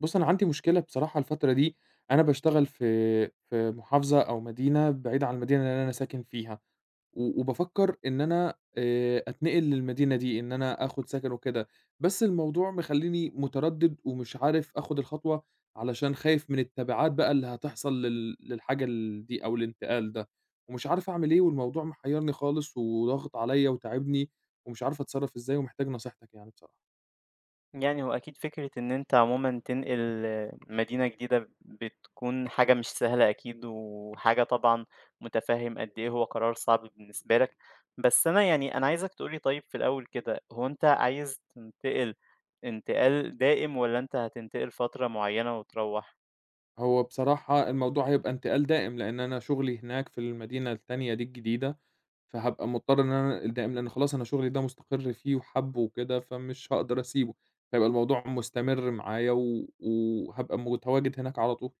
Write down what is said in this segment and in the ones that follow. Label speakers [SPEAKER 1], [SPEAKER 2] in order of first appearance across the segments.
[SPEAKER 1] بُص، أنا عندي مشكلة بصراحة الفترة دي، أنا باشتغل في محافظة أو مدينة بعيدة عن المدينة اللي أنا ساكن فيها، وبافكر إن أنا أتنقل للمدينة دي، إن أنا آخد سكن وكده، بس الموضوع مخلّيني متردد ومش عارف آخد الخطوة، علشان خايف من التبعات بقى اللي هتحصل للحاجة دي أو الانتقال ده، ومش عارف أعمل إيه والموضوع محيرني خالص وضاغط عليَّ وتاعبني، ومش عارف أتصرف إزاي ومحتاج نصيحتك يعني بصراحة.
[SPEAKER 2] يعني هو أكيد فكرة إن أنت عمومًا تنقل مدينة جديدة بتكون حاجة مش سهلة أكيد، وحاجة طبعًا متفهم قد إيه هو قرار صعب بالنسبة لك، بس أنا أنا عايزك تقول لي طيب في الأول كده، هو أنت عايز تنتقل انتقال دائم والّا أنت هتنتقل فترة معينة وتروّح؟
[SPEAKER 1] هو بصراحة الموضوع هيبقى انتقال دائم، لإن أنا شغلي هناك في المدينة التانية دي الجديدة، فهابقى مضطر إن أنا أنقل دائم، لإن خلاص أنا شغلي ده مستقر فيه وحابه وكده، فمش هاقدر أسيبه، فهيبقى الموضوع مستمر معايا وهابقى متواجد هناك على طول.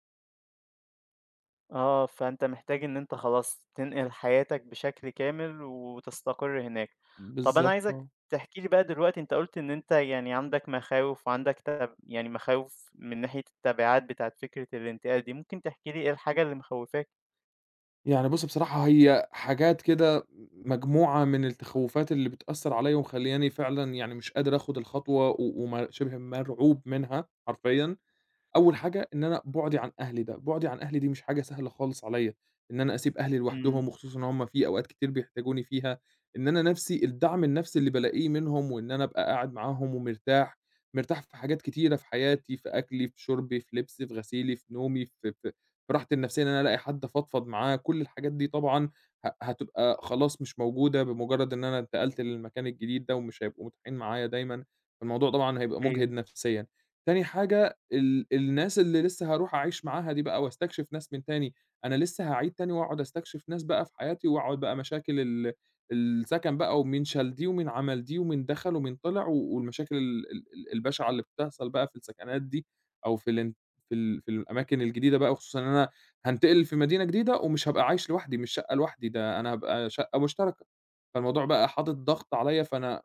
[SPEAKER 2] آه، فأنت محتاج إن أنت خلاص تنقل حياتك بشكل كامل وتستقر هناك. طب أنا
[SPEAKER 1] بالضبط
[SPEAKER 2] عايزك
[SPEAKER 1] آه.
[SPEAKER 2] تحكي لي بقى دلوقتي أنت قُلت إن أنت يعني عندك مخاوف وعندك تب يعني مخاوف من ناحية التبعات بتاعة فكرة الانتقال دي، ممكن تحكي لي إيه الحاجة اللي مخوفاك؟
[SPEAKER 1] يعني بُص بصراحة هي حاجات كده مجموعة من التخوّفات اللي بتأثّر عليَّ ومخلّياني فعلًا يعني مش قادر آخُد الخطوة و وم شِبه مرعوب منها حرفيًا. أول حاجة إن أنا بُعدي عن أهلي ده، بُعدي عن أهلي دي مش حاجة سهلة خالص عليّا، إن أنا أسيب أهلي
[SPEAKER 2] إمم،
[SPEAKER 1] لوحدهم وخصوصًا إن هم في أوقات كتير بيحتاجوني فيها، إن أنا نَفْسي الدعم النَفْسي اللي بالاقيه منهم وإن أنا أبقى قاعد معاهم ومرتاح، مرتاح في حاجات كتيرة في حياتي، في أكلي، في شُربي، في لبسي، في غسيلي، في نومي، في في راحتي النَفْسية إن أنا ألاقي حد أفضفض معاه، كل الحاجات دي طبعًا هتبقى خلاص مش موجودة بمجرد إن أنا انتقلت للمكان الجديد ده ومش هيبقوا متاحين معايا دايمًا، فالموضوع طبعًا هيبقى مُجهِد
[SPEAKER 2] أيوه.
[SPEAKER 1] نَفْسيًا. تاني حاجة الناس اللي لسه هاروح أعيش معاها دي بقى واستكشف ناس من تاني، أنا لسه هاعيد تاني وأقعد استكشف ناس بقى في حياتي، وأقعد بقى مشاكل السكن بقى، ومين شال دي، ومين عمل دي، ومين دخل، ومين طلع، والمشاكل ال ال ال البشعة اللي بتحصل بقى في السكنات دي، أو في الأماكن الجديدة بقى، وخصوصًا إن أنا هانتقل في مدينة جديدة، ومش هابقى عايش لوحدي، مش شقة لوحدي، ده أنا هابقى شقة مشتركة، فالموضوع بقى حاطط ضغط عليَّ، فأنا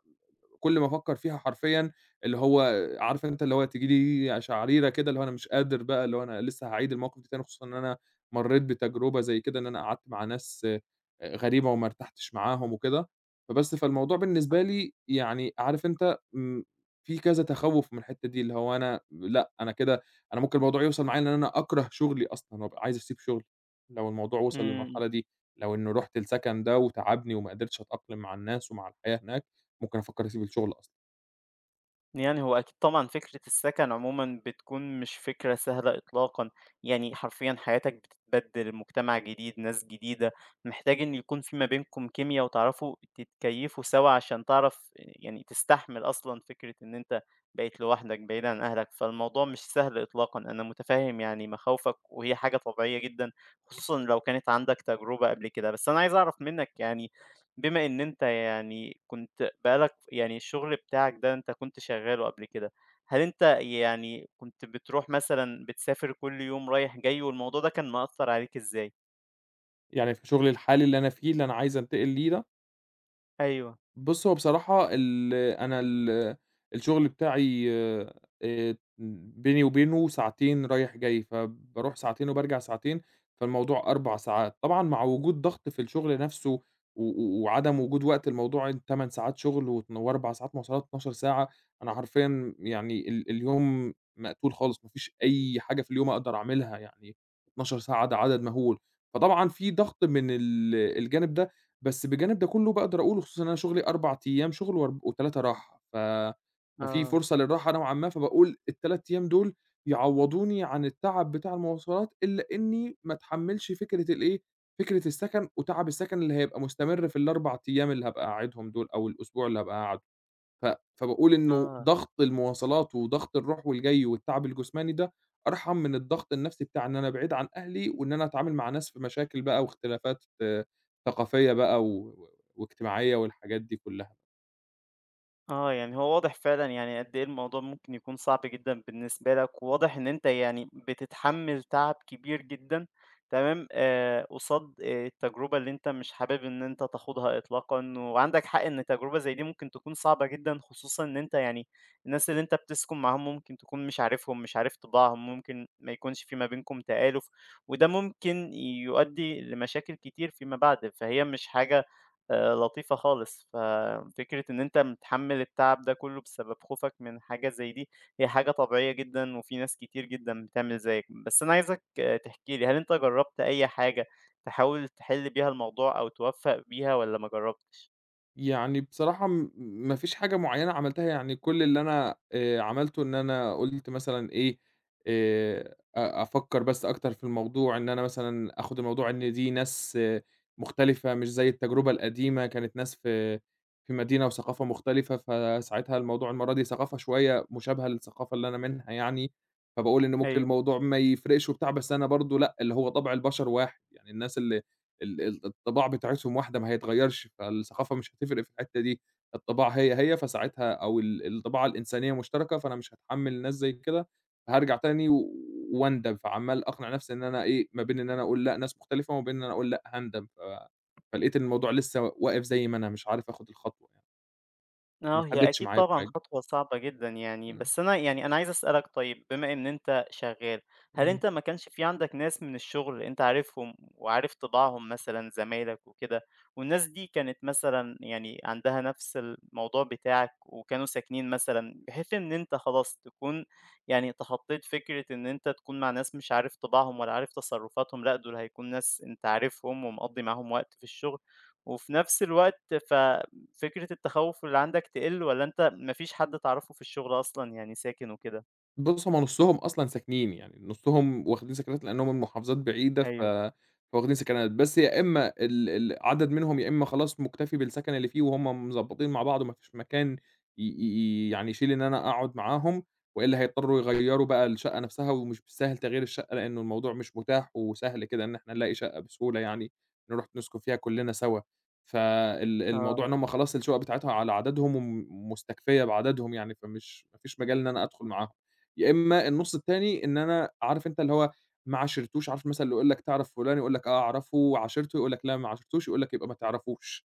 [SPEAKER 1] كل ما أفكّر فيها حرفيًا اللي هو عارف أنت اللي هو تيجي لي قشعريرة كده، اللي هو أنا مش قادر بقى، اللي هو أنا لسه هاعيد الموقف ده تاني، خصوصًا إن أنا مرّيت بتجربة زي كده، إن أنا قعدت مع ناس غريبة وما ارتحتش معاهم وكده، فالموضوع بالنسبة لي يعني عارف أنت في كذا تخوّف من الحتّة دي، اللي هو أنا لأ، أنا كده أنا ممكن الموضوع يوصل معايا إن أنا أكره شغلي أصلًا وأبقى عايز أسيب شغلي، لو الموضوع وصل
[SPEAKER 2] إمم.
[SPEAKER 1] للمرحلة دي، لو إنه رُحت السكن ده وتعبني وما قدرتش أتأقلم مع الناس ومع الحياة هناك. ممكن أفكّر أسيب الشغل أصلًا،
[SPEAKER 2] يعني هو أكيد طبعًا فكرة السكن عمومًا بتكون مش فكرة سهلة إطلاقًا، يعني حرفيًا حياتك بتتبدل، مجتمع جديد، ناس جديدة، محتاج إن يكون في ما بينكم كيميا وتعرفوا تتكيّفوا سوا عشان تعرف يعني تستحمل أصلًا فكرة إن أنت بقيت لوحدك بعيد عن أهلك، فالموضوع مش سهل إطلاقًا، أنا متفهم يعني مخاوفك وهي حاجة طبيعية جدًا، خصوصًا لو كانت عندك تجربة قبل كده، بس أنا عايز أعرف منك يعني بما إن أنت يعني كنت بقى لك يعني الشغل بتاعك ده أنت كنت شغّاله قبل كده، هل أنت يعني كنت بتروح مثلًا بتسافر كل يوم رايح جاي والموضوع ده كان مأثّر عليك إزاي؟
[SPEAKER 1] يعني في شغلي الحالي اللي أنا فيه، اللي أنا عايز أنتقل ليه ده،
[SPEAKER 2] أيوه،
[SPEAKER 1] بُص، هو بصراحة ال أنا ال الشغل بتاعي بيني وبينه ساعتين رايح جاي، فباروح ساعتين وبارجع ساعتين، فالموضوع 4 ساعات. طبعًا مع وجود ضغط في الشغل نفسه و و وعدم وجود وقت لموضوع ال8 ساعات شغل و4 ساعات مواصلات 12 ساعة، أنا حرفيًا يعني اليوم مقتول خالص، ما فيش أي حاجة في اليوم أقدر أعملها يعني 12 ساعة ده عدد مهول. فطبعًا في ضغط من الجانب ده بس بجانب ده كلّه باقدر أقول وخصوصًا إن أنا شغلي 4 أيام شغل و3 راحة، ففي
[SPEAKER 2] آه،
[SPEAKER 1] فرصة للراحة نوعًا ما، فباقول ال3 أيام دول يعوّضوني عن التعب بتاع المواصلات، إلا إنّي ما اتحمّلش فكرة الإيه، فكرة السَكَن وتعب السَكَن اللي هيبقى مستمر في ال4 أيام اللي هابقى قاعدهم دول أو الأسبوع اللي هابقى قاعده. ف فباقول إنه
[SPEAKER 2] آه.
[SPEAKER 1] ضغط المواصلات وضغط الروح والجاي والتعب الجسماني ده، أرحم من الضغط النفسي بتاع إن أنا بعيد عن أهلي وإن أنا أتعامل مع ناس في مشاكل بقى واختلافات آه، ثقافية بقى واجتماعية والحاجات دي كلها.
[SPEAKER 2] آه، يعني هو واضح فعلًا يعني قد إيه الموضوع ممكن يكون صعب جدًا بالنسبة لك، وواضح إن أنت يعني بتتحمّل تعب كبير جدًا، تمام، قصاد التجربة اللي أنت مش حابب إن أنت تاخدها إطلاقًا، وعندك حق إن تجربة زي دي ممكن تكون صعبة جدًا، خصوصًا إن أنت يعني الناس اللي أنت بتسكن معاهم ممكن تكون مش عارفهم، مش عارف طباعهم، ممكن ما يكونش في ما بينكم تآلُف، وده ممكن يؤدي لمشاكل كتير فيما بعد، فهي مش حاجة لطيفة خالص، ففكرة إن أنت متحمّل التعب ده كلّه بسبب خوفك من حاجة زي دي، هي حاجة طبيعية جدًا وفي ناس كتير جدًا بتعمل زيك، بس أنا عايزك آه، تحكي لي هل أنت جرّبت أي حاجة تحاول تحِل بيها الموضوع أو توفّق بيها والّا ما جرّبتش؟
[SPEAKER 1] يعني بصراحة ما فيش حاجة معيّنة عملتها، يعني كل اللي أنا عملته إن أنا قُلت مثلًا إيه، أ أفكّر بس أكتر في الموضوع، إن أنا مثلًا آخُد الموضوع إن دي ناس آه، مختلفة مش زي التجربة القديمة، كانت ناس في مدينة وثقافة مختلفة، فساعتها الموضوع المَرّة دي ثقافة شوية مشابهة للثقافة اللي أنا منها يعني، فباقول إن ممكن
[SPEAKER 2] أيوه.
[SPEAKER 1] الموضوع ما يفرقش وبتاع، بس أنا برضه لأ، اللي هو طبع البشر واحد، يعني الناس اللي ال ال الطباع بتاعتهم واحدة ما هيتغيّرش، فالثقافة مش هتفرق في الحتّة دي، الطباع هي، هي، فساعتها أو الطباع الإنسانية مشتركة، فأنا مش هاتحمّل ناس زي كده، فهارجع تاني واندم، فعمّال أقنع نفسي إن أنا إيه، ما بين إن أنا أقول لأ ناس مختلفة، وما بين إن أنا أقول لأ هاندم، فلقيت إن الموضوع لسه واقف زي ما أنا، مش عارف آخُد الخطوة يعني، ما
[SPEAKER 2] آه، هي
[SPEAKER 1] حدّدش
[SPEAKER 2] أكيد
[SPEAKER 1] معايا
[SPEAKER 2] طبعًا
[SPEAKER 1] بحاجة.
[SPEAKER 2] خطوة صعبة جدًا يعني،
[SPEAKER 1] إمم،
[SPEAKER 2] بس أنا أنا عايز أسألك طيب بما إن أنت شغّال، هل
[SPEAKER 1] إمم.
[SPEAKER 2] أنت ما كانش في عندك ناس من الشغل أنت عارفهم وعارف طباعهم مثلًا زمايلك وكده، والناس دي كانت مثلًا يعني عندها نفس الموضوع بتاعك وكانوا ساكنين مثلًا، بحيث إن أنت خلاص تكون يعني تخطّيت فكرة إن أنت تكون مع ناس مش عارف طباعهم ولا عارف تصرفاتهم، لأ دول هيكون ناس أنت عارفهم ومقضّي معاهم وقت في الشغل، وفي نفس الوقت ف فكرة التخوّف اللي عندك تقِل والّا أنت ما فيش حد تعرفه في الشغل أصلًا يعني ساكن وكده؟
[SPEAKER 1] بُص، هم نُصّهم أصلًا ساكنين، يعني نُصّهم واخدين سكنات لأن هم من محافظات بعيدة
[SPEAKER 2] أيوه.
[SPEAKER 1] فواخدين سكنات، بس يا إمّا ال ال عدد منهم يا إمّا خلاص مُكتفي بالسكن اللي فيه وهم مضبّطين مع بعض وما فيش مكان ي ي يعني يشيل إن أنا أقعد معاهم، وإلا هيضطروا يغيّروا بقى الشقة نَفْسها ومش بالساهل تغيير الشقة لإنه الموضوع مش متاح وسهل كده إن إحنا نلاقي شقة بسهولة يعني نروح نسكن فيها كُلّنا سوا،
[SPEAKER 2] آه،
[SPEAKER 1] الموضوع إن هم خلاص الشقق بتاعتها على عددهم مستكفية بعددهم يعني، ما فيش مجال إن أنا أدخُل معاهم. يا إمّا النُص التاني إن أنا عارف أنت اللي هو ما عاشرتوش، عارف مثلًا اللي يقول لك تعرف فُلان؟ يقول لك آه أعرفه، وعاشرته يقول لك لا ما عاشرتوش، يقول لك يبقى ما تعرفوش.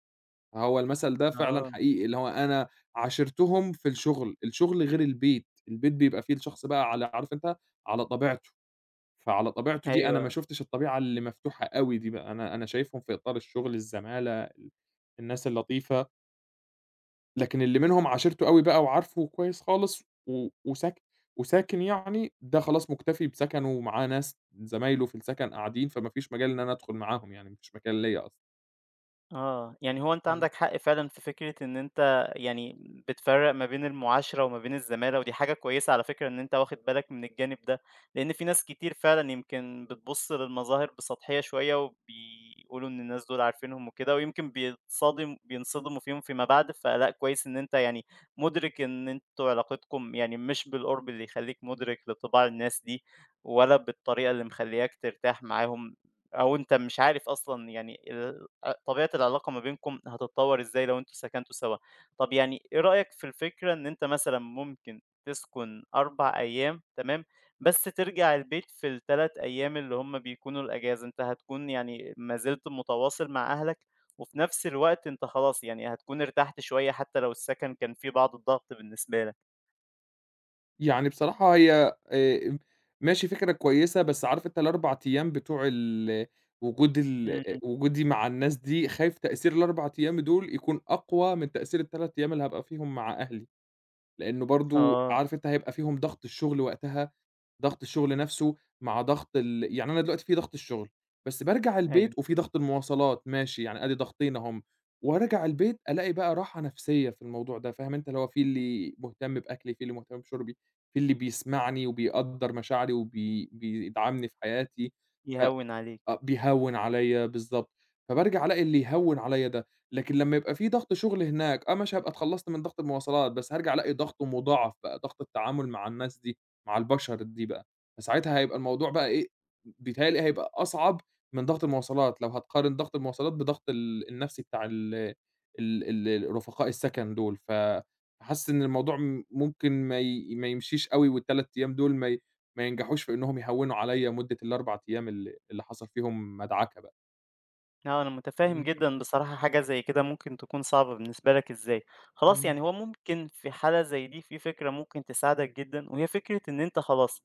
[SPEAKER 1] هو المثل ده فعلًا
[SPEAKER 2] آه،
[SPEAKER 1] حقيقي، اللي هو أنا عاشرتهم في الشُغل، الشُغل غير البيت، البيت بيبقى فيه الشخص بقى على عارف أنت، على طبيعته، فعلى طبيعته دي أنا ما
[SPEAKER 2] أيوه.
[SPEAKER 1] شُفتش الطبيعة اللي مفتوحة أوي دي بقى، أنا شايفهم في إطار الشُغل، الزمالة، الناس اللطيفة. لكن اللي منهم عاشرته أوي بقى وعارفه كويس خالص و وساك وساكن يعني، ده خلاص مُكتفي بسكنه ومعاه ناس زمايله في السكن قاعدين، فما فيش مجال إن أنا أدخل معاهم يعني، ما فيش مكان ليّا أصلًا.
[SPEAKER 2] آه، يعني هو أنت
[SPEAKER 1] إمم.
[SPEAKER 2] عندك حق فعلًا في فكرة إن أنت يعني بتفرّق ما بين المعاشرة وما بين الزمالة، ودي حاجة كويسة على فكرة إن أنت واخد بالك من الجانب ده، لإن في ناس كتير فعلًا يمكن بتبُص للمظاهر بسطحية شوية، وبيقولوا إن الناس دول عارفينهم وكده، ويمكن بينصدموا فيهم فيما بعد، فلأ كويس إن أنت يعني مُدرك إن أنتم علاقتكم يعني مش بالقُرب اللي يخلّيك مُدرك لطباع الناس دي، ولا بالطريقة اللي مخلّياك ترتاح معاهم، أو أنت مش عارف أصلًا يعني ال أ طبيعة العلاقة ما بينكم هتتطور إزاي لو أنتم سكنتوا سوا. طب يعني إيه رأيك في الفكرة إن أنت مثلًا ممكن تسكن 4 أيام تمام، بس ترجع البيت في ال3 أيام اللي هم بيكونوا الأجازة، أنت هتكون يعني ما زلت متواصل مع أهلك، وفي نفس الوقت أنت خلاص يعني هتكون ارتحت شوية حتى لو السكن كان فيه بعض الضغط بالنسبة لك.
[SPEAKER 1] يعني بصراحة هي ماشي فكرة كويسة، بس عارف أنت ال4 أيام بتوع ال وجود ال
[SPEAKER 2] إمم،
[SPEAKER 1] وجودي مع الناس دي، خايف تأثير ال4 أيام دول يكون أقوى من تأثير ال3 أيام اللي هابقى فيهم مع أهلي، لإنه برضه
[SPEAKER 2] آه،
[SPEAKER 1] عارف أنت هيبقى فيهم ضغط الشغل وقتها ضغط الشغل نفسه مع ضغط ال يعني أنا دلوقتي في ضغط الشغل، بس بارجع
[SPEAKER 2] أيوه.
[SPEAKER 1] البيت وفي ضغط المواصلات ماشي، يعني آدي ضغطين أهم، وأرجع البيت ألاقي بقى راحة نفسية في الموضوع ده، فاهم أنت؟ اللي هو في اللي مهتم بأكلي، في اللي مهتم بشربي، في اللي بيسمعني وبيقدّر مشاعري بيدعمني في حياتي، ف
[SPEAKER 2] يهوِّن عليك.
[SPEAKER 1] آه، بيهوّن عليّا بالضبط، فبارجع ألاقي اللي يهوّن عليّا ده، لكن لمّا يبقى في ضغط شغل هناك آه، ماشي هابقى اتخلّصت من ضغط المواصلات، بس هارجع ألاقي ضغطه مضاعف بقى، ضغط التعامل مع الناس دي، مع البشر دي بقى، فساعتها هيبقى الموضوع بقى إيه، بيتهيأ لي هيبقى أصعب من ضغط المواصلات، لو هتقارن ضغط المواصلات بضغط النفسي بتاع ال ال ال رفقاء السكن دول، حاسس إن الموضوع ممكن ما يمشيش أوي وال3 أيام دول ما ينجحوش في إنهم يهوّنوا عليَّ مدة ال4 أيام اللي حصل فيهم مدعكة بقى.
[SPEAKER 2] آه، أنا متفهم
[SPEAKER 1] إمم،
[SPEAKER 2] جدًا بصراحة حاجة زي كده ممكن تكون صعبة بالنسبة لك إزاي. خلاص
[SPEAKER 1] إمم.
[SPEAKER 2] يعني هو ممكن في حالة زي دي في فكرة ممكن تساعدك جدًا، وهي فكرة إن أنت خلاص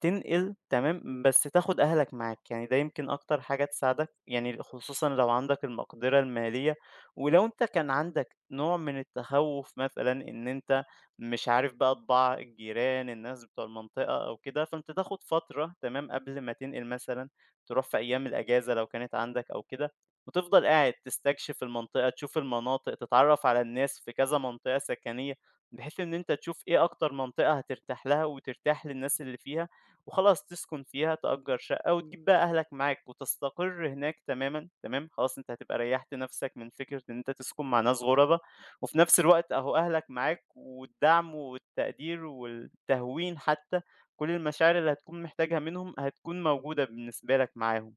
[SPEAKER 2] تنقل تمام، بس تاخد أهلك معاك، يعني ده يمكن أكتر حاجة تساعدك، يعني خصوصًا لو عندك المقدرة المالية، ولو أنت كان عندك نوع من التخوُّف مثلًا إن أنت مش عارف بقى طباع الجيران، الناس بتوع المنطقة أو كده، فأنت تاخد فترة تمام قبل ما تنقل مثلًا، تروح في أيام الأجازة لو كانت عندك أو كده، وتفضل قاعد تستكشف المنطقة، تشوف المناطق، تتعرّف على الناس في كذا منطقة سكنية، بحيث إن أنت تشوف إيه أكتر منطقة هترتاح لها وترتاح للناس اللي فيها. وخلاص تسكن فيها، تأجّر شقة وتجيب بقى أهلك معاك وتستقر هناك تمامًا، تمام، خلاص أنت هتبقى ريّحت نَفْسك من فكرة إن أنت تسكن مع ناس غُربا، وفي نَفْس الوقت أهو أهلك معاك والدعم والتقدير والتهوين حتى، كل المشاعر اللي هتكون محتاجها منهم هتكون موجودة بالنسبة لك معاهم.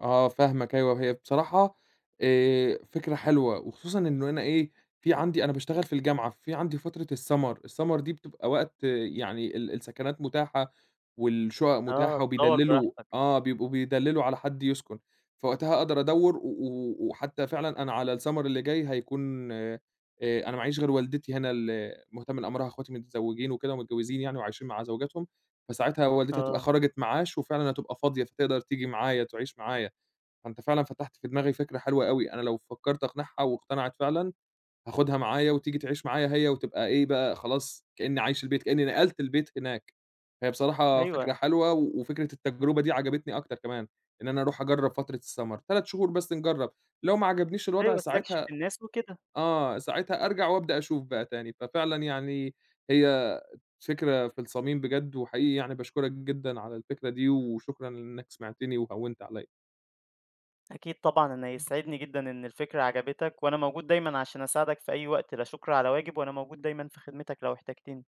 [SPEAKER 1] آه فاهمك أيوه، هي بصراحة فكرة حلوة، وخصوصًا إنه أنا إيه، في عندي أنا باشتغل في الجامعة، في عندي فترة الsummer، الsummer دي بتبقى وقت آه، يعني السكنات متاحة والشقق
[SPEAKER 2] آه،
[SPEAKER 1] متاحة
[SPEAKER 2] تدوّر
[SPEAKER 1] وبيدلّلوا
[SPEAKER 2] براحتك.
[SPEAKER 1] آه، بيبقوا بيدلّلوا على حد يسكن، فوقتها أقدر أدوّر و و وحتى فعلًا أنا على الsummer اللي جاي هيكون أنا معييش غير والدتي هنا اللي مهتم لأمرها، اخواتي متزوجين وكده ومتجوزين يعني وعايشين مع زوجاتهم، فساعتها والدتي هتبقى
[SPEAKER 2] آه،
[SPEAKER 1] خرجت معاش وفعلًا هتبقى فاضية، فتقدر تيجي معايا تعيش معايا. فأنت فعلًا فتحت في دماغي فكرة حلوة أوي، أنا لو فكرت أقنعها واقتنعت فعلًا، هاخدها معايا وتيجي تعيش معايا هي وتبقى إيه بقى، خلاص كإني عايش البيت، كإني نقلت البيت هناك. هي بصراحة فكرة
[SPEAKER 2] أيوه،
[SPEAKER 1] حلوة، وفكرة التجربة دي عجبتني أكتر كمان، إن أنا أروح أجرّب فترة السمر، 3 شهور بس نجرّب، لو ما عجبنيش الوضع
[SPEAKER 2] أيوه، استكشف
[SPEAKER 1] ساعتها
[SPEAKER 2] الناس وكده.
[SPEAKER 1] آه، ساعتها أرجع وأبدأ أشوف بقى تاني. ففعلًا يعني هي فكرة في الصميم بجد، وحقيقي يعني باشكرك جدًا على الفكرة دي، وشكرًا إنك سمعتني وهوّنت عليّا.
[SPEAKER 2] أكيد طبعًا، أنا يسعدني جدًا إن الفكرة عجبتك، وأنا موجود دايمًا عشان أساعدك في أي وقت، لا شُكر على واجب، وأنا موجود دايمًا في خدمتك لو احتجتني.